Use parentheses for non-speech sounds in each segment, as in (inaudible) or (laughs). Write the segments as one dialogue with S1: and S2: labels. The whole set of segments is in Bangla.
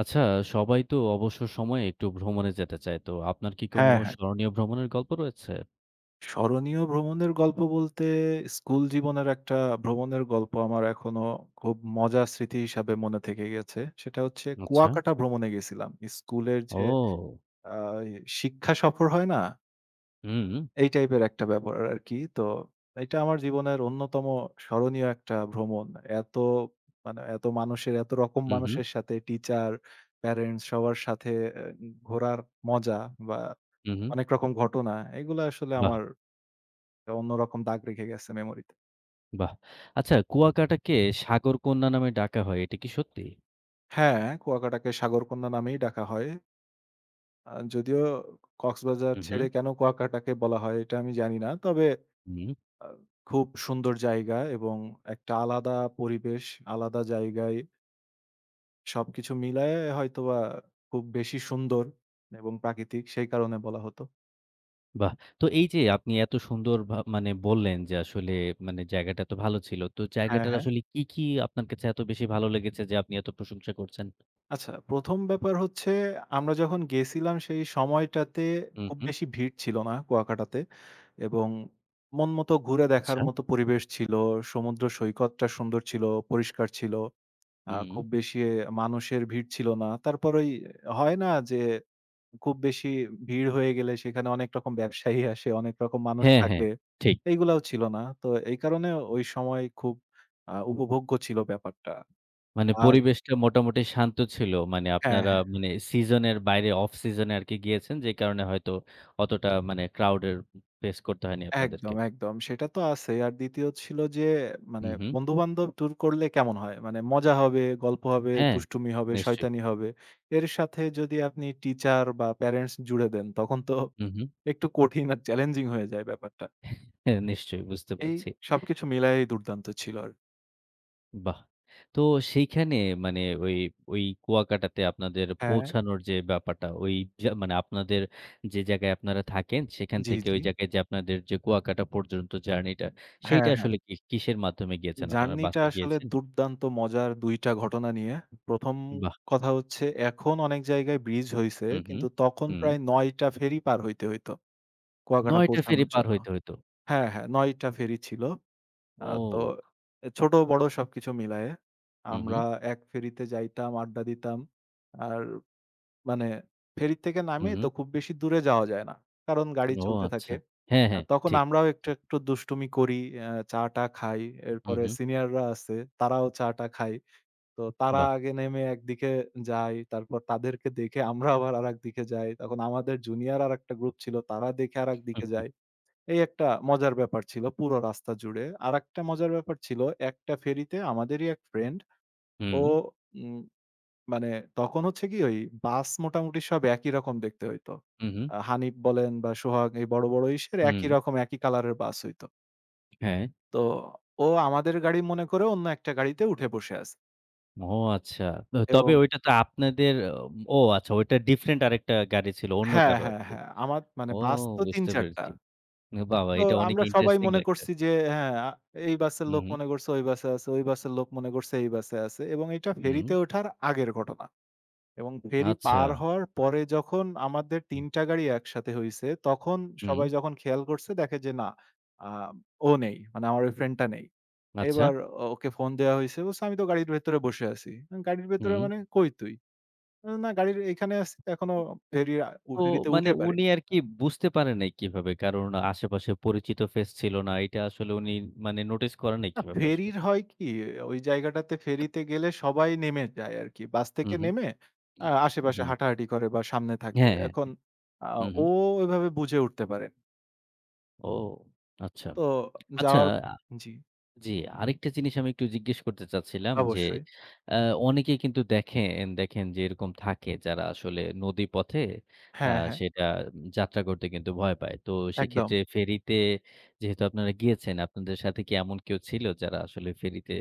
S1: আচ্ছা, সবাই তো অবসর সময়ে একটু ভ্রমণে যেতে চায়। তো আপনার কি কোনো
S2: হ্যাঁ, হ্যাঁ।
S1: স্মরণীয় ভ্রমণের গল্প রয়েছে?
S2: স্মরণীয় ভ্রমণের গল্প বলতে স্কুল জীবনের একটা ভ্রমণের গল্প আমার এখনো খুব মজার স্মৃতি হিসাবে মনে থেকে গেছে। সেটা হচ্ছে
S1: আচ্ছা।
S2: কুয়াকাটা ভ্রমণে গেছিলাম। স্কুলের যে
S1: ও!
S2: আ শিক্ষা সফর হয় না?
S1: হুম, হু,
S2: এই টাইপের একটা ব্যাপার আরকি। তো এটা আমার জীবনের অন্যতম স্মরণীয় একটা ভ্রমণ। এত এত মানুষের এত রকম
S1: হু,
S2: মানুষের সাথে টিচার, প্যারেন্টস সবার সাথে ঘোরার মজা বা
S1: হু, হু।
S2: অনেক রকম ঘটনা এগুলা আসলে
S1: বাহ!
S2: আমার অন্যরকম দাগ রেখে গেছে মেমোরিতে।
S1: বাহ! আচ্ছা, কুয়াকাটাকে সাগরকন্যা নামে ডাকা হয়। এটা কি সত্যি?
S2: হ্যাঁ, কুয়াকাটাকে সাগরকন্যা নামেই ডাকা হয়। যদিও কক্সবাজার
S1: হু, হু,
S2: ছেড়ে কেন কুয়াকাটাকে বলা হয় এটা আমি জানি না। তবে
S1: হুম,
S2: আ খুব সুন্দর জায়গা এবং একটা আলাদা পরিবেশ, আলাদা জায়গায় সবকিছু মিলায়ে হয়তোবা খুব বেশি সুন্দর এবং প্রাকৃতিক সেই কারণে বলা হতো।
S1: বাহ! তো এই যে আপনি এত সুন্দর মানে বললেন যে আসলে মানে জায়গাটা এত ভালো ছিল। তো
S2: হ্যাঁ,
S1: জায়গাটার
S2: হ্যাঁ।
S1: আসলে কি, কি আপনার কাছে এত বেশি ভালো লেগেছে যে আপনি এত প্রশংসা করছেন?
S2: আচ্ছা, ১ম ব্যাপার হচ্ছে আমরা যখন গেছিলাম সেই সময়টাতে
S1: হু,
S2: খুব
S1: হু,
S2: বেশি ভিড় ছিল না কুয়াকাটাতে এবং মন মতো ঘুরে দেখার
S1: আচ্ছা,
S2: মতো পরিবেশ ছিল। সমুদ্র সৈকতটা সুন্দর ছিল, পরিষ্কার ছিল।
S1: হুম।
S2: খুব বেশি মানুষের ভিড় ছিল না। তারপর ওই হয় না যে খুব বেশি ভিড় হয়ে গেলে সেখানে অনেক রকম ব্যবসায়ী আসে, অনেক রকম মানুষ
S1: হ্যাঁ, হ্যাঁ,
S2: থাকে।
S1: ঠিক।
S2: এইগুলাও ছিল না। তো এই কারণে ওই সময় খুব উপভোগ্য ছিল ব্যাপারটা।
S1: মানে
S2: আর
S1: পরিবেশটা মোটামুটি শান্ত ছিল। মানে
S2: হ্যাঁ,
S1: আপনারা
S2: হ্যাঁ।
S1: মানে সিজনের বাইরে অফ সিজনে আরকি গিয়েছেন। যে কারণে হয়তো অতটা মানে ক্রাউড এর ফেস করতে হয়নি আপনাদেরকে।
S2: একদম, একদম। সেটা তো আছেই। আর ২য় ছিল যে মানে
S1: হুম, হুম।
S2: বন্ধু-বান্ধব ট্যুর করলে কেমন হয়? মানে মজা হবে, গল্প হবে,
S1: হ্যাঁ,
S2: দুষ্টুমি হবে,
S1: নিশ্চয়ই।
S2: শয়তানি হবে। এর সাথে যদি আপনি টিচার বা প্যারেন্টস জুড়ে দেন, তখন তো
S1: হুম, হুম।
S2: একটু কঠিন আর চ্যালেঞ্জিং হয়ে যায় ব্যাপারটা।
S1: হ্যাঁ, নিশ্চয়ই বুঝতে
S2: এই
S1: পারছি।
S2: সবকিছু মিলায়েই দুর্দান্ত ছিল আর
S1: বাহ! তো সেইখানে মানে ওই কুয়াকাটাতে আপনাদের
S2: হ্যাঁ,
S1: পৌঁছানোর যে ব্যাপারটা ওই যে মানে আপনাদের যে জায়গায় আপনারা থাকেন সেখান
S2: জি,
S1: থেকে
S2: জি।
S1: ওই জায়গায় যে আপনাদের যে কুয়াকাটা পর্যন্ত জার্নিটা সেইটা
S2: হ্যাঁ, হ্যাঁ।
S1: আসলে কি কিসের মাধ্যমে গিয়েছেন আপনারা?
S2: জার্নিটা
S1: বাসে
S2: আসলে
S1: গিয়েছেন?
S2: দুর্দান্ত মজার ২ টা ঘটনা নিয়ে। ১ম
S1: বাহ!
S2: কথা হচ্ছে এখন অনেক জায়গায় ব্রিজ হইছে,
S1: হুম, হুম,
S2: কিন্তু তখন
S1: হুম।
S2: প্রায় ৯ টা ফেরি পার হইতে হইত। কুয়াকাটা
S1: ৯ টা ফেরি
S2: পৌঁছানোর
S1: পার
S2: জন্য।
S1: হইতে হইতো।
S2: হ্যাঁ, হ্যাঁ ৯ টা ফেরি ছিল। আ তো
S1: ও!
S2: ছোট বড় সবকিছু মিলায়ে
S1: হুম, হুম,
S2: আমরা এক ফেরিতে যাইতাম, আড্ডা দিতাম। আর মানে ফেরি থেকে
S1: হুম,
S2: নামে
S1: হুম।
S2: তো খুব বেশি দূরে যাওয়া যায় না। কারণ গাড়ি
S1: ও
S2: চলতে
S1: আচ্ছা।
S2: থাকে।
S1: হ্যাঁ,
S2: আর
S1: হ্যাঁ।
S2: তখন
S1: ঠিক,
S2: আমরাও একটু,
S1: ঠিক।
S2: একটু দুষ্টুমি করি, চা-টা খাই।
S1: হুম,
S2: এরপরে
S1: হুম।
S2: সিনিয়ররা আছে, তারাও চা-টা খায়। তো তারা
S1: বাহ!
S2: আগে নেমে একদিকে যায়, তারপর তাদেরকে দেখে আমরা আবার আরেকদিকে যাই। তখন আমাদের জুনিয়র আরেকটা গ্রুপ ছিল, তারা দেখে আরেকদিকে যায়।
S1: (laughs)
S2: এই একটা মজার ব্যাপার ছিল পুরো রাস্তা জুড়ে। আরেকটা মজার ব্যাপার ছিল একটা ফেরিতে আমাদেরই এক ফ্রেন্ড
S1: হুম,
S2: ও উম মানে তখন হচ্ছে কি ওই বাস মোটামুটি সব একই রকম দেখতে হইতো।
S1: হুম, হুম, হুম,
S2: হানিফ বলেন বা সোহাগ এই বড়, বড় ইসের একই
S1: হুম।
S2: রকম একই কালারের বাস হইতো।
S1: হ্যাঁ।
S2: তো ও আমাদের গাড়ি মনে করে অন্য একটা গাড়িতে উঠে বসে আছে
S1: ও আচ্ছা। তো
S2: এবং
S1: তবে ওইটা তো আপনাদের ও আচ্ছা, ওইটা ডিফরেন্ট আরেকটা গাড়ি ছিল অন্য
S2: হ্যাঁ,
S1: কারো
S2: হ্যাঁ,
S1: আরকি।
S2: হ্যাঁ। আমার মানে
S1: ও
S2: বাস তো
S1: বুঝতে
S2: ৩-৪ টা।
S1: পেরেছি। বাবা!
S2: তো
S1: এটা অনেক
S2: আমরা সবাই
S1: ইন্টারেস্টিং
S2: মনে
S1: লাগছে।
S2: করছি যে হ্যাঁ, এই বাসের
S1: হুম,
S2: লোক
S1: হুম,
S2: মনে করছে ওই বাসে আছে, ওই বাসের লোক মনে করছে এই বাসে আছে এবং এটা
S1: হুম।
S2: ফেরিতে ওঠার আগের ঘটনা। এবং ফেরি
S1: আচ্ছা।
S2: পার হওয়ার পরে যখন আমাদের ৩ টা গাড়ি একসাথে হইছে, তখন
S1: হুম,
S2: সবাই যখন খেয়াল করছে দেখে যে না, আ ও নেই। মানে আমার ওই ফ্রেন্ডটা নেই।
S1: আচ্ছা।
S2: এবার ওকে ফোন দেয়া হইছে। বলছে, "আমি তো গাড়ির ভেতরে বসে আছি।" আমি, "গাড়ির ভেতরে
S1: হুম।
S2: মানে? কই তুই?" আমি, "না গাড়ির এইখানে আছি। এখনো ফেরি
S1: তো
S2: ফেরিতে
S1: মানে
S2: উঠে
S1: উনি
S2: পারিনি।"
S1: আরকি বুঝতে পারে নাই কিভাবে? কারণ আশেপাশে পরিচিত ফেস ছিল না। এটা আসলে উনি মানে নোটিস করে নাই
S2: না,
S1: কিভাবে আসলে?
S2: ফেরির হয় কি, ওই জায়গাটাতে ফেরিতে গেলে সবাই নেমে যায় আরকি। বাস
S1: হু,
S2: থেকে
S1: হু।
S2: নেমে আশেপাশে
S1: হুম।
S2: হাঁটাহাঁটি করে বা সামনে থাকে।
S1: হ্যাঁ, হ্যাঁ।
S2: এখন আ
S1: হু, হু।
S2: ও এভাবে বুঝে উঠতে পারে।
S1: ও আচ্ছা।
S2: তো
S1: আচ্ছা
S2: যাওয়ার জি,
S1: জি, আরেকটা জিনিস আমি একটু জিজ্ঞেস করতে চাচ্ছিলাম যে,
S2: অবশ্যই।
S1: আ অনেকেই কিন্তু দেখেন দেখেন যে এরকম থাকে যারা আসলে নদীপথে আ
S2: হ্যাঁ, হ্যাঁ,
S1: সেটা যাত্রা করতে কিন্তু ভয় পায়। তো
S2: একদম।
S1: সেক্ষেত্রে ফেরিতে যেহেতু আপনারা গিয়েছেন, আপনাদের সাথে কি এমন কেউ ছিল যারা আসলে ফেরিতে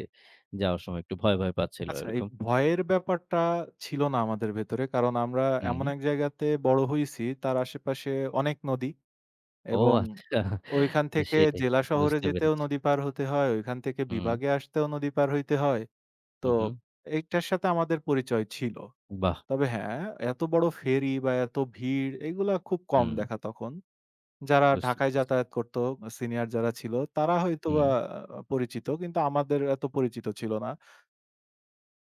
S1: যাওয়ার সময় একটু ভয় পাচ্ছিল
S2: আচ্ছা এই
S1: এরকম?
S2: ভয়ের ব্যাপারটা ছিল না আমাদের ভেতরে। কারণ আমরা
S1: হুম।
S2: এমন এক জায়গাতে বড় হইছি, তার আশেপাশে অনেক নদী
S1: ও
S2: এবং
S1: আচ্ছা,
S2: ওইখান থেকে
S1: সেটাই।
S2: জেলা শহরে
S1: বুঝতে
S2: যেতেও
S1: পেরেছি।
S2: নদী পার হতে হয়, ওইখান থেকে
S1: হুম,
S2: বিভাগে আসতেও নদী পার হইতে হয়। তো
S1: হু, হু।
S2: এইটার সাথে আমাদের পরিচয় ছিল।
S1: বাহ!
S2: তবে হ্যাঁ, এত বড় ফেরি বা এত ভিড় এগুলা খুব কম
S1: হুম,
S2: দেখা তখন। যারা
S1: বুঝতে
S2: ঢাকায়
S1: পেরেছি।
S2: যাতায়াত করত সিনিয়র যারা ছিল তারা
S1: হুম,
S2: হয়তোবা পরিচিত। কিন্তু আমাদের এত পরিচিত ছিল না।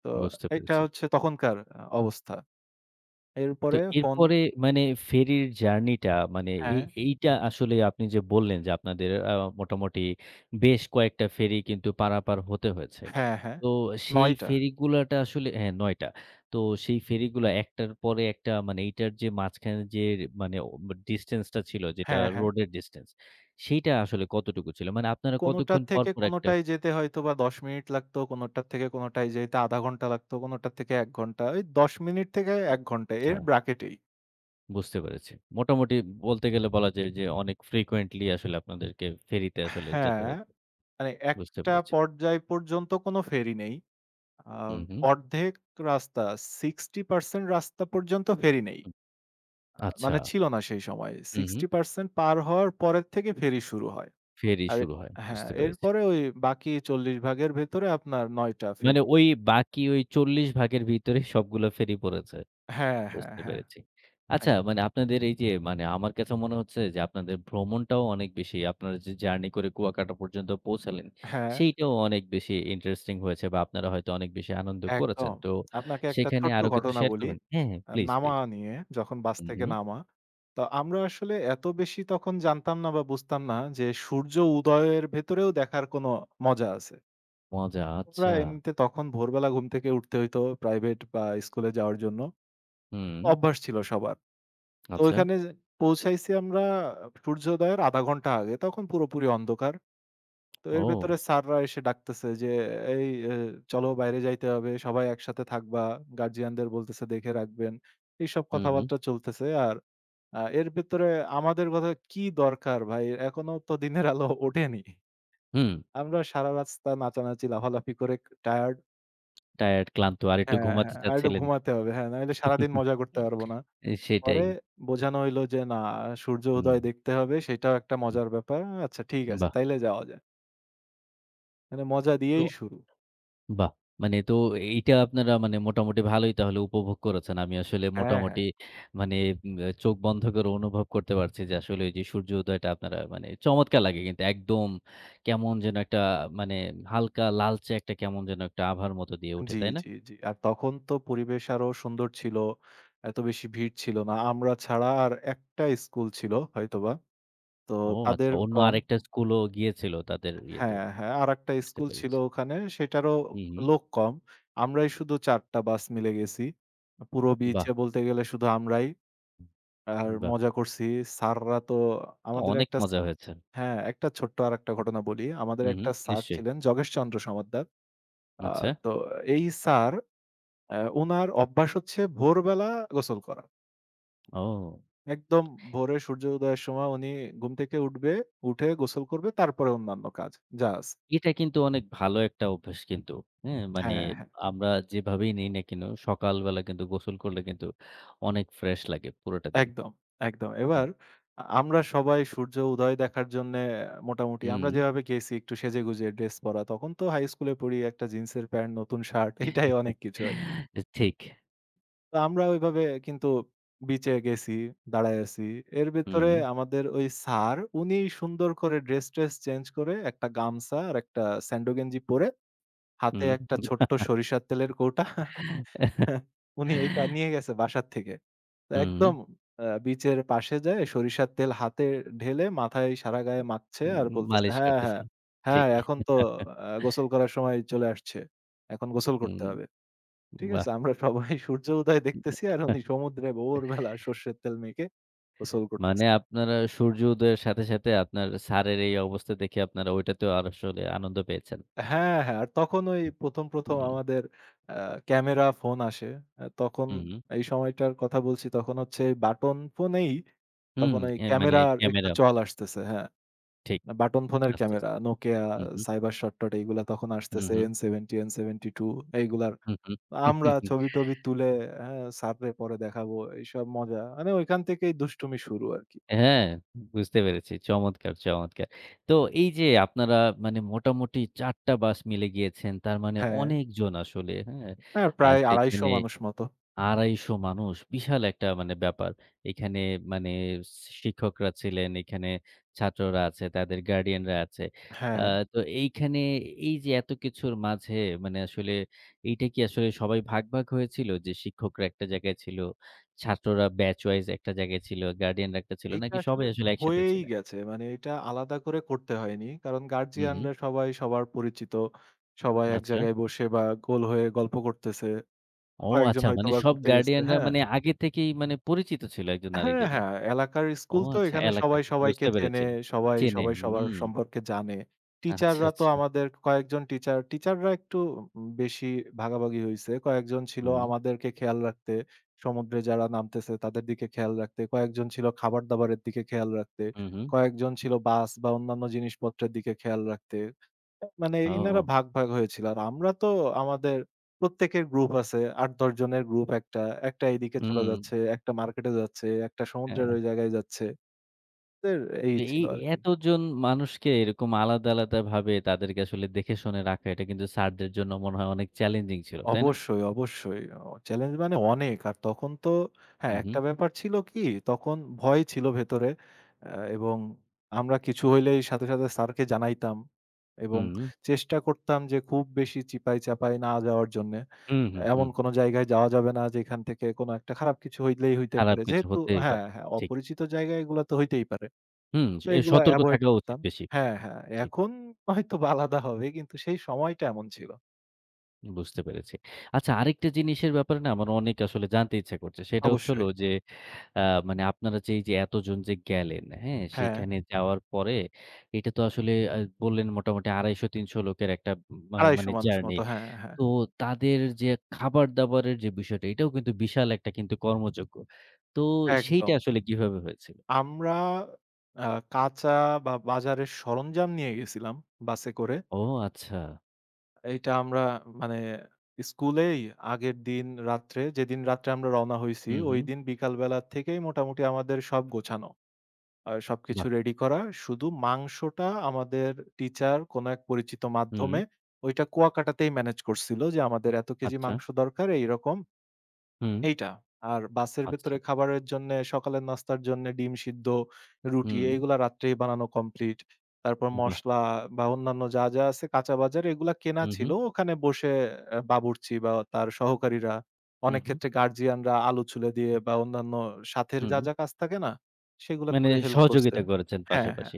S2: তো
S1: বুঝতে
S2: এটা
S1: পেরেছি।
S2: হচ্ছে তখনকার অবস্থা।
S1: তো
S2: এরপরে ফোন
S1: এরপরে মানে ফেরির জার্নিটা মানে এই
S2: হ্যাঁ,
S1: এইটা আসলে আপনি যে বললেন যে আপনাদের মোটামুটি বেশ কয়েকটা ফেরি কিন্তু পারাপার হতে হয়েছে।
S2: হ্যাঁ, হ্যাঁ।
S1: তো সেই
S2: ৯ টা।
S1: ফেরিগুলাটা আসলে হ্যাঁ ৯ টা। তো সেই ফেরিগুলা একটার পরে একটা মানে এইটার যে মাঝখানে যে মানে ও ডিসট্যান্স টা ছিল যেটা
S2: হ্যাঁ, হ্যাঁ।
S1: রোডের ডিসট্যান্স, সেইটা আসলে কতটুকু ছিল? মানে আপনারা
S2: কোনটার
S1: কতক্ষণ পর,
S2: থেকে
S1: পর একটা
S2: কোনটায় যেতে হয়তোবা ১০ মিনিট লাগতো, কোনটার থেকে কোনটায় যেতে ০.৫ ঘন্টা লাগতো, কোনটার থেকে ১ ঘন্টা। ওই ১০ মিনিট থেকে ১ ঘন্টা
S1: আচ্ছা
S2: এর ব্রাকেটেই।
S1: বুঝতে পেরেছি। মোটামুটি বলতে গেলে বলা যায় যে অনেক ফ্রিকোয়েন্টলি আসলে আপনাদেরকে ফেরিতে আসলে যেতে
S2: হ্যাঁ,
S1: হয়েছে।
S2: মানে
S1: বুঝতে
S2: একটা
S1: পেরেছি।
S2: পর্যায় পর্যন্ত কোনো ফেরি নেই। আ
S1: হুম, হুম।
S2: অর্ধেক রাস্তা 60% রাস্তা পর্যন্ত ফেরি নেই।
S1: হুম। আচ্ছা।
S2: মানে ছিল না সেই সময়।
S1: হুম, হুম।
S2: 60% পার হওয়ার পরের থেকে ফেরি শুরু হয়।
S1: ফেরি
S2: আর
S1: শুরু হয়।
S2: হ্যাঁ,
S1: বুঝতে পেরেছি।
S2: এরপরে ওই বাকি ৪০ ভাগের ভেতরে আপনার ৯ টা
S1: মানে
S2: ফেরি
S1: ওই বাকি ওই ৪০ ভাগের ভিতরে সবগুলো ফেরি পড়েছে।
S2: হ্যাঁ, হ্যাঁ,
S1: বুঝতে
S2: হ্যাঁ।
S1: পেরেছি। আচ্ছা
S2: এক
S1: মানে আপনাদের এই যে মানে আমার কাছে মনে হচ্ছে যে আপনাদের ভ্রমণটাও অনেক বেশি আপনারা যে জার্নি করে কুয়াকাটা পর্যন্ত পৌঁছালেন,
S2: হ্যাঁ।
S1: সেইটাও অনেক বেশি ইন্টারেস্টিং হয়েছে বা আপনারা হয়তো অনেক বেশি আনন্দ করেছেন।
S2: একদম।
S1: তো
S2: আপনাকে একটা
S1: সেখানে
S2: ছোট্ট
S1: আরো কিছু
S2: ঘটনা
S1: শেয়ার
S2: বলি।
S1: করবেন? হ্যাঁ, হ্যাঁ। প্লিজ,
S2: নামা
S1: প্লিজ।
S2: নিয়ে, যখন বাস
S1: হুম,
S2: থেকে
S1: হুম।
S2: নামা। তো আমরা আসলে এত বেশি তখন জানতাম না বা বুঝতাম না যে সূর্য উদয়ের ভেতরেও দেখার কোনো মজা আছে।
S1: মজা
S2: আমরা
S1: আচ্ছা।
S2: এমনিতে তখন ভোরবেলা ঘুম থেকে উঠতে হইতো প্রাইভেট বা স্কুলে যাওয়ার জন্য।
S1: হুম।
S2: অভ্যাস ছিল সবার। তো
S1: আচ্ছা।
S2: ওইখানে পৌঁছাইছি আমরা সূর্যোদয়ের আধা ঘন্টা আগে। তখন পুরোপুরি অন্ধকার। তো এর
S1: ও!
S2: ভেতরে স্যাররা এসে ডাকতেছে যে, "এই এ চলো বাইরে যাইতে হবে। সবাই একসাথে থাকবা। গার্ডিয়ানদের বলতেছে দেখে রাখবেন।" এইসব
S1: হুম, হুম।
S2: কথাবার্তা চলতেছে। আর এর ভেতরে আমাদের কথা কি দরকার ভাই? এখনো তো দিনের আলো ওঠেনি।
S1: হুম।
S2: আমরা সারা রাস্তা নাচানাচি, লাফালাফি করে টায়ার্ড
S1: টায়ার্ড, ক্লান্ত আর একটু
S2: হ্যাঁ,
S1: ঘুমাতে
S2: হ্যাঁ। আর একটু
S1: চাচ্ছিলেন।
S2: ঘুমাতে হবে। হ্যাঁ, নাইলে সারাদিন মজা করতে পারব না।
S1: সেটাই।
S2: পরে বোঝানো হইলো যে, "না, সূর্য
S1: হুম,
S2: উদয় দেখতে হবে। সেটাও একটা
S1: হুম।
S2: মজার ব্যাপার। আচ্ছা ঠিক আছে,
S1: বাহ!
S2: তাইলে যাওয়া যায়।" মানে মজা
S1: তো
S2: দিয়েই শুরু।
S1: বাহ! মানে তো এইটা আপনারা মানে মোটামুটি ভালোই তাহলে উপভোগ করেছেন। আমি আসলে
S2: হ্যাঁ,
S1: মোটামুটি
S2: হ্যাঁ।
S1: মানে উম চোখ বন্ধ করে অনুভব করতে পারছি যে আসলে ওই যে সূর্যোদয়টা আপনারা মানে চমৎকার লাগে কিন্তু একদম কেমন যেন একটা মানে হালকা লালচে একটা কেমন যেন একটা আভার মতো দিয়ে ওঠে,
S2: জি,
S1: তাই না?
S2: জি, জি। আর তখন তো পরিবেশ আরো সুন্দর ছিল। এত বেশি ভিড় ছিল না। আমরা ছাড়া আর একটা স্কুল ছিল হয়তোবা। তো
S1: ও আচ্ছা,
S2: তাদের
S1: অন্য
S2: কম
S1: আরেকটা স্কুলও গিয়েছিল তাদের ইয়েতে।
S2: হ্যাঁ, হ্যাঁ। আরেকটা
S1: বুঝতে
S2: স্কুল ছিল
S1: পেরেছি।
S2: ওখানে সেটারও
S1: হুম, হুম।
S2: লোক কম। আমরাই শুধু ৪ টা বাস মিলে গেছি। পুরো
S1: বাহ!
S2: বিচে বলতে গেলে শুধু আমরাই। আর
S1: বাহ!
S2: মজা করছি। স্যাররা তো আমাদের
S1: অনেক
S2: একটা সা
S1: মজা হয়েছে।
S2: হ্যাঁ, একটা ছোট্ট আরেকটা ঘটনা বলি। আমাদের
S1: হুম, হুম,
S2: একটা স্যার
S1: নিশ্চয়ই।
S2: ছিলেন জগেশচন্দ্র সমাদ্দার। আ
S1: আচ্ছা।
S2: তো এই স্যার উনার অভ্যাস হচ্ছে ভোরবেলা গোসল করা।
S1: ও!
S2: একদম ভোরে সূর্য উদয়ের সময় উনি ঘুম থেকে উঠবে, উঠে গোসল করবে তারপরে অন্যান্য কাজ যা আছে।
S1: এটা কিন্তু অনেক ভালো একটা অভ্যাস কিন্তু। হ্যাঁ? মানে
S2: হ্যাঁ, হ্যাঁ।
S1: আমরা যেভাবেই নেই না কেন সকালবেলা কিন্তু গোসল করলে কিন্তু অনেক ফ্রেশ লাগে পুরোটা দিন।
S2: একদম, একদম।
S1: হুম,
S2: এবার আমরা সবাই সূর্য উদয় দেখার জন্যে মোটামুটি
S1: হুম।
S2: আমরা যেভাবে গেছি একটু সেজেগুজে ড্রেস পরা তখন তো হাই স্কুলে পড়ি একটা জিন্সের প্যান্ট, নতুন শার্ট এটাই অনেক কিছু আরকি।
S1: ঠিক।
S2: তো আমরা ওইভাবে কিন্তু বিচে গেছি, দাঁড়ায় আছি। এর ভেতরে
S1: হুম,
S2: আমাদের ওই স্যার উনি সুন্দর করে ড্রেস-ট্রেস চেঞ্জ করে একটা গামছা আর একটা স্যান্ডো গেঞ্জি পরে, হাতে
S1: হুম,
S2: একটা ছোট্ট সরিষার তেলের কৌটা (laughs) উনি এটা নিয়ে গেছে বাসার থেকে। তো
S1: হুম,
S2: একদম বিচের পাশে যেয়ে সরিষার তেল হাতে ঢেলে মাথায় সারা গায়ে মাখছে আর
S1: উম
S2: বলতেছে,
S1: মালিশ
S2: "হ্যাঁ,
S1: করতেছে।
S2: হ্যাঁ, হ্যাঁ,
S1: ঠিক।
S2: এখন তো গোসল করার সময় চলে আসছে। এখন গোসল করতে
S1: হুম,
S2: হবে।" ঠিক
S1: বাহ!
S2: আছে? আমরা সবাই সূর্য উদয় দেখতেছি আর উনি সমুদ্রে ভোরবেলা সর্ষের তেল মেখে গোসল
S1: মানে
S2: করতেছে।
S1: আপনারা সূর্য উদয়ের সাথে, সাথে আপনার স্যারের এই অবস্থা দেখে আপনারা ওইটাতেও আসলে আনন্দ পেয়েছেন।
S2: হ্যাঁ, হ্যাঁ। আর তখন ওই ১ম
S1: হুম,
S2: আমাদের আ ক্যামেরা ফোন আসে। তখন
S1: হুম,
S2: এই সময়টার কথা বলছি তখন হচ্ছে বাটন ফোনেই
S1: হুম,
S2: তখন ওই
S1: মানে
S2: ক্যামেরার একটু
S1: ক্যামেরা
S2: চল আসতেছে। হ্যাঁ।
S1: ঠিক।
S2: বাটন ফোনের
S1: আচ্ছা, আচ্ছা।
S2: ক্যামেরা Nokia,
S1: হুম, হুম,
S2: CyberShot টট এইগুলা তখন
S1: হুম,
S2: আসতেছে
S1: হুম,
S2: N70, N72 এইগুলার।
S1: হুম, হুম।
S2: আমরা
S1: (laughs)
S2: ছবি-টবি তুলে হ্যাঁ, স্যাররে পরে দেখাবো এইসব মজা। মানে ওইখান থেকেই দুষ্টুমি শুরু আরকি।
S1: হ্যাঁ, বুঝতে পেরেছি। চমৎকার, চমৎকার। তো এই যে আপনারা মানে মোটামুটি ৪ টা বাস মিলে গিয়েছেন। তার মানে
S2: হ্যাঁ।
S1: অনেকজন আসলে, হ্যাঁ?
S2: হ্যাঁ,
S1: আর
S2: প্রায়
S1: সেইখানে
S2: ২৫০ মানুষ মতো।
S1: ২৫০ মানুষ বিশাল একটা মানে ব্যাপার। এখানে মানে শিক্ষকরা ছিলেন, এখানে ছাত্ররা আছে, তাদের গার্ডিয়ানরা আছে। আ
S2: হ্যাঁ,
S1: তো এইখানে এই যে এত কিছুর মাঝে মানে আসলে এইটা কি আসলে সবাই ভাগ হয়েছিল? যে শিক্ষকরা একটা জায়গায় ছিল, ছাত্ররা ব্যাচ ওয়াইজ একটা জায়গায় ছিল, গার্ডিয়ানরা একটা ছিল
S2: এইটা
S1: নাকি
S2: আসলে
S1: সবাই আসলে একসাথে
S2: হয়েই
S1: ছিলেন?
S2: গেছে। মানে এটা আলাদা করে করতে হয়নি। কারণ
S1: হুম, হুম।
S2: গার্ডিয়ানরা সবাই সবার পরিচিত। সবাই এক
S1: আচ্ছা।
S2: জায়গায় বসে বা গোল হয়ে গল্প করতেছে।
S1: ও
S2: কয়েকজন
S1: আচ্ছা, মানে
S2: হয়তোবা
S1: সব
S2: ঘুরতে গেছে।
S1: গার্ডিয়ানরা
S2: হ্যাঁ।
S1: মানে আগে থেকেই মানে পরিচিত ছিল একজন
S2: হ্যাঁ,
S1: আরেকজনের।
S2: হ্যাঁ, এলাকার
S1: ও
S2: স্কুল তো
S1: আচ্ছা
S2: এখানে
S1: এলাকার।
S2: সবাই সবাইকে
S1: বুঝতে
S2: চেনে,
S1: পেরেছি।
S2: সবাই,
S1: চেনে।
S2: সবাই সবার
S1: হুম।
S2: সম্পর্কে জানে।
S1: আচ্ছা,
S2: টিচাররা তো
S1: আচ্ছা।
S2: আমাদের টিচাররা একটু বেশি ভাগাভাগি হইছে। কয়েকজন ছিল
S1: হুম,
S2: আমাদেরকে খেয়াল রাখতে, সমুদ্রে যারা নামতেছে তাদের দিকে খেয়াল রাখতে, কয়েকজন ছিল খাবার-দাবারের দিকে খেয়াল রাখতে,
S1: হুম, হুম।
S2: কয়েকজন ছিল বাস বা অন্যান্য জিনিসপত্রের দিকে খেয়াল রাখতে। মানে ইনারা
S1: ও!
S2: ভাগ, ভাগ হয়েছিল। আর আমরা তো আমাদের প্রত্যেকের গ্রুপ আছে। ৮-১০ জনের গ্রুপ একটা। একটা এইদিকে চলে
S1: হুম।
S2: যাচ্ছে, একটা মার্কেটে যাচ্ছে, একটা সমুদ্রের
S1: হ্যাঁ,
S2: ওই জায়গায় যাচ্ছে। দের এই
S1: এই
S2: ছিল আরকি।
S1: এতজন মানুষকে এরকম আলাদা ভাবে তাদেরকে আসলে দেখে শুনে রাখা এটা কিন্তু স্যারদের জন্য মনে হয় অনেক চ্যালেঞ্জিং ছিল, তাই না?
S2: অবশ্যই, অবশ্যই। চ্যালেঞ্জ মানে অনেক। আর তখন তো হ্যাঁ,
S1: হুম, হুম,
S2: একটা ব্যাপার ছিল কি তখন ভয় ছিল ভেতরে। এবং আমরা কিছু হইলেই সাথে, সাথে স্যারকে জানাইতাম এবং
S1: হুম,
S2: চেষ্টা করতাম যে খুব বেশি চিপায়, চাপায় না যাওয়ার জন্যে।
S1: হুম, হুম,
S2: এমন
S1: হুম।
S2: কোন জায়গায় যাওয়া যাবে না যেখান থেকে কোন একটা খারাপ কিছু হইলেই হইতে
S1: খারাপ
S2: পারে।
S1: কিছু
S2: যেহেতু
S1: হতেই পারে।
S2: হ্যাঁ, হ্যাঁ,
S1: ঠিক।
S2: অপরিচিত জায়গায় এগুলা তো হইতেই পারে।
S1: হুম,
S2: তো
S1: এ
S2: এগুলা
S1: সতর্ক
S2: এভয়েড
S1: থাকা উচিত
S2: করতাম।
S1: বেশি।
S2: হ্যাঁ, হ্যাঁ।
S1: ঠিক,
S2: এখন হয়তোবা আলাদা হবে কিন্তু সেই সময়টা এমন ছিল।
S1: বুঝতে পেরেছি। আচ্ছা আরেকটা জিনিসের ব্যাপারে না আমার অনেক আসলে জানতে ইচ্ছা করছে। সেটা হচ্ছে হলো
S2: অবশ্যই।
S1: যে আ মানে আপনারা যে এই যে এতজন যে গেলেন, হ্যাঁ?
S2: হ্যাঁ।
S1: সেইখানে যাওয়ার পরে এটা তো আসলে বললেন মোটামুটি ২৫০-৩০০ লোকের একটা মা
S2: ২৫০
S1: মানে
S2: মানুষ
S1: জার্নি।
S2: মতো। হ্যাঁ, হ্যাঁ,
S1: তো তাদের যে খাবার-দাবারের যে বিষয়টা, এটাও কিন্তু বিশাল একটা কিন্তু কর্মযজ্ঞ। তো সেইটা
S2: একদম।
S1: আসলে কিভাবে হয়েছিল?
S2: আমরা আ কাঁচা বা বাজারের সরঞ্জাম নিয়ে গেছিলাম বাসে করে।
S1: ও আচ্ছা।
S2: এইটা আমরা মানে স্কুলেই আগের দিন রাত্রে, যেদিন রাত্রে আমরা রওনা হইছি,
S1: হুম, হুম।
S2: ঐদিন বিকাল বেলা থেকেই মোটামুটি আমাদের সব গোছানো। সবকিছু
S1: বাহ!
S2: রেডি করা। শুধু মাংসটা আমাদের টিচার কোনো এক পরিচিত
S1: হুম।
S2: মাধ্যমে ওইটা কুয়াকাটাতেই ম্যানেজ করছিল যে, আমাদের এত কেজি
S1: আচ্ছা।
S2: মাংস দরকার এইরকম।
S1: হুম।
S2: এইটা। আর বাসের
S1: আচ্ছা।
S2: ভেতরে খাবারের জন্যে সকালের নাস্তার জন্যে ডিম সিদ্ধ, রুটি
S1: হুম।
S2: এগুলা রাত্রেই বানানো কমপ্লিট। তারপর
S1: বাহ!
S2: মসলা বা অন্যান্য যা, যা আছে কাঁচা বাজার এগুলা কেনা
S1: হুম,
S2: ছিল।
S1: হুম।
S2: ওখানে বসে বাবুর্চি বা তার সহকারীরা,
S1: হুম,
S2: অনেক
S1: হুম।
S2: ক্ষেত্রে গার্ডিয়ানরা আলু ছুলে দিয়ে বা অন্যান্য সাথের যা,
S1: হুম।
S2: যা কাজ থাকে না? সেগুলা
S1: মানে
S2: করে হেল্প করছে।
S1: সহযোগিতা করেছেন
S2: হ্যাঁ,
S1: পাশাপাশি।
S2: হ্যাঁ।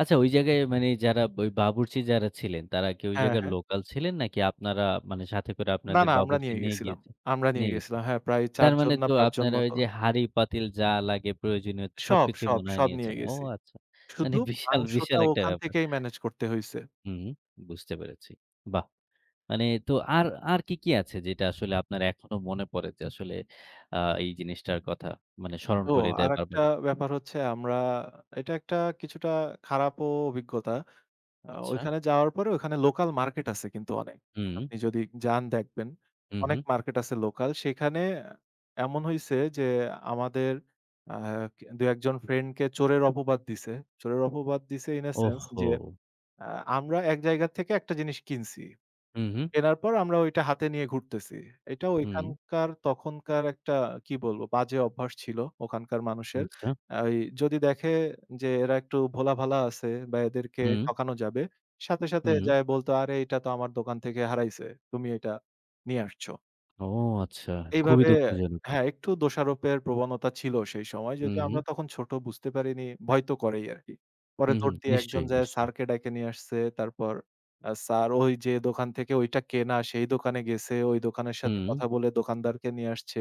S1: আচ্ছা ওই জায়গায় মানে যারা ওই বাবুর্চি যারা ছিলেন, তারা কি ওই
S2: হ্যাঁ,
S1: জায়গার
S2: হ্যাঁ।
S1: লোকাল ছিলেন? নাকি আপনারা মানে সাথে করে
S2: না,
S1: আপনাদের
S2: না আমরা
S1: বাবুর্চি
S2: নিয়ে
S1: নিয়ে
S2: গেছিলাম।
S1: গিয়েছেন নিয়ে গেছেন?
S2: হ্যাঁ, প্রায় ৪
S1: তার
S2: জন
S1: মানে
S2: না
S1: তো
S2: ৫ জন
S1: আপনারা ওই
S2: মতো।
S1: যে হাঁড়ি-পাতিল যা লাগে প্রয়োজনীয়
S2: সব,
S1: সবকিছুই
S2: সব,
S1: মনে হয়
S2: সব নিয়ে
S1: নিয়েছেন। ও
S2: গেছি।
S1: আচ্ছা। মানে
S2: শুধু
S1: বিশাল,
S2: মাংসটা
S1: বিশাল একটা
S2: ওখান
S1: ব্যাপার।
S2: থেকেই ম্যানেজ করতে হইছে।
S1: হুম, বুঝতে পেরেছি। বাহ! মানে তো আর কি, কি আছে যেটা আসলে আপনার এখনো মনে পড়ে যে আসলে আ এই জিনিসটার কথা মানে স্মরণ
S2: ও
S1: করিয়ে দেয়
S2: আরেকটা
S1: বারবার?
S2: ব্যাপার হচ্ছে আমরা এটা একটা কিছুটা খারাপও অভিজ্ঞতা।
S1: আচ্ছা।
S2: ওইখানে যাওয়ার পরে ওখানে লোকাল মার্কেট আছে কিন্তু অনেক।
S1: হুম,
S2: আপনি যদি যান দেখবেন,
S1: হুম,
S2: অনেক
S1: হুম।
S2: মার্কেট আছে লোকাল। সেখানে এমন হইছে যে আমাদের আ ২-১ জন ফ্রেন্ডকে চোরের অপবাদ দিছে। চোরের অপবাদ দিছে ইন a সেন্স যে
S1: ওহহো!
S2: আ আমরা এক জায়গা থেকে একটা জিনিস কিনছি।
S1: হুম, হুম,
S2: কেনার পর আমরা ওইটা হাতে নিয়ে ঘুরতেছি। এটা
S1: হুম।
S2: ওইখানকার তখনকার একটা কি বলবো বাজে অভ্যাস ছিল ওখানকার মানুষের।
S1: আচ্ছা।
S2: ওই যদি দেখে যে এরা একটু ভোলাভালা আছে বা এদেরকে
S1: হুম,
S2: ঠকানো যাবে, সাথে, সাথে
S1: হুম।
S2: যায়ে বলতো, "আরে এটা তো আমার দোকান থেকে হারাইছে। তুমি এটা নিয়ে আসছো।"
S1: ও আচ্ছা। খুবই
S2: এইভাবে
S1: দুঃখজনক।
S2: হ্যাঁ, একটু দোষারোপের প্রবণতা ছিল সেই সময়। যদিও
S1: হুম,
S2: আমরা তখন ছোট বুঝতে পারিনি, ভয় তো করেই আরকি। পরে
S1: হুম, হুম।
S2: দৌড় দিয়ে একজন
S1: নিশ্চয়ই,
S2: যায়
S1: নিশ্চয়ই।
S2: স্যারকে ডাইকে নিয়ে আসছে। তারপর স্যার ওই যে দোকান থেকে ওইটা কেনা সেই দোকানে গেছে, ওই দোকানের সাথে
S1: হুম,
S2: কথা বলে দোকানদারকে নিয়ে আসছে।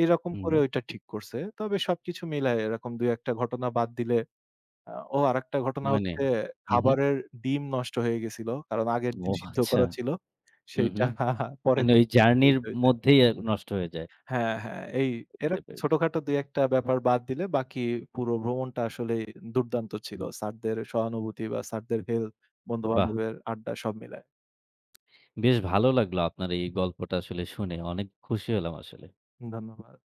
S2: এইরকম
S1: হুম।
S2: করে ওইটা ঠিক করছে। তবে সবকিছু মিলায় এরকম ২-১ টা ঘটনা বাদ দিলে আ ও আরেকটা ঘটনা
S1: মানে
S2: হচ্ছে
S1: হু, হু।
S2: খাবারের ডিম নষ্ট হয়ে গেছিল। কারণ আগের
S1: ও
S2: দিন সিদ্ধ
S1: আচ্ছা।
S2: করা ছিল।
S1: হুম,
S2: সেইটা
S1: হুম।
S2: পরের
S1: মানে
S2: দিন
S1: ওই জার্নির
S2: (unintelligible)
S1: মধ্যেই নষ্ট হয়ে যায়।
S2: হ্যাঁ, হ্যাঁ।
S1: বুঝতে
S2: এরকম
S1: পেরেছি।
S2: ছোটখাটো ২-১ টা ব্যাপার বাদ দিলে বাকি পুরো ভ্রমণটা আসলেই দুর্দান্ত ছিল।
S1: হুম,
S2: স্যারদের সহানুভূতি বা স্যারদের হেল্প,
S1: বাহ!
S2: বন্ধু-বান্ধবের আড্ডা সব মিলায়।
S1: বেশ ভালো লাগলো আপনার এই গল্পটা আসলে শুনে। অনেক খুশি হলাম আসলে।
S2: ধন্যবাদ।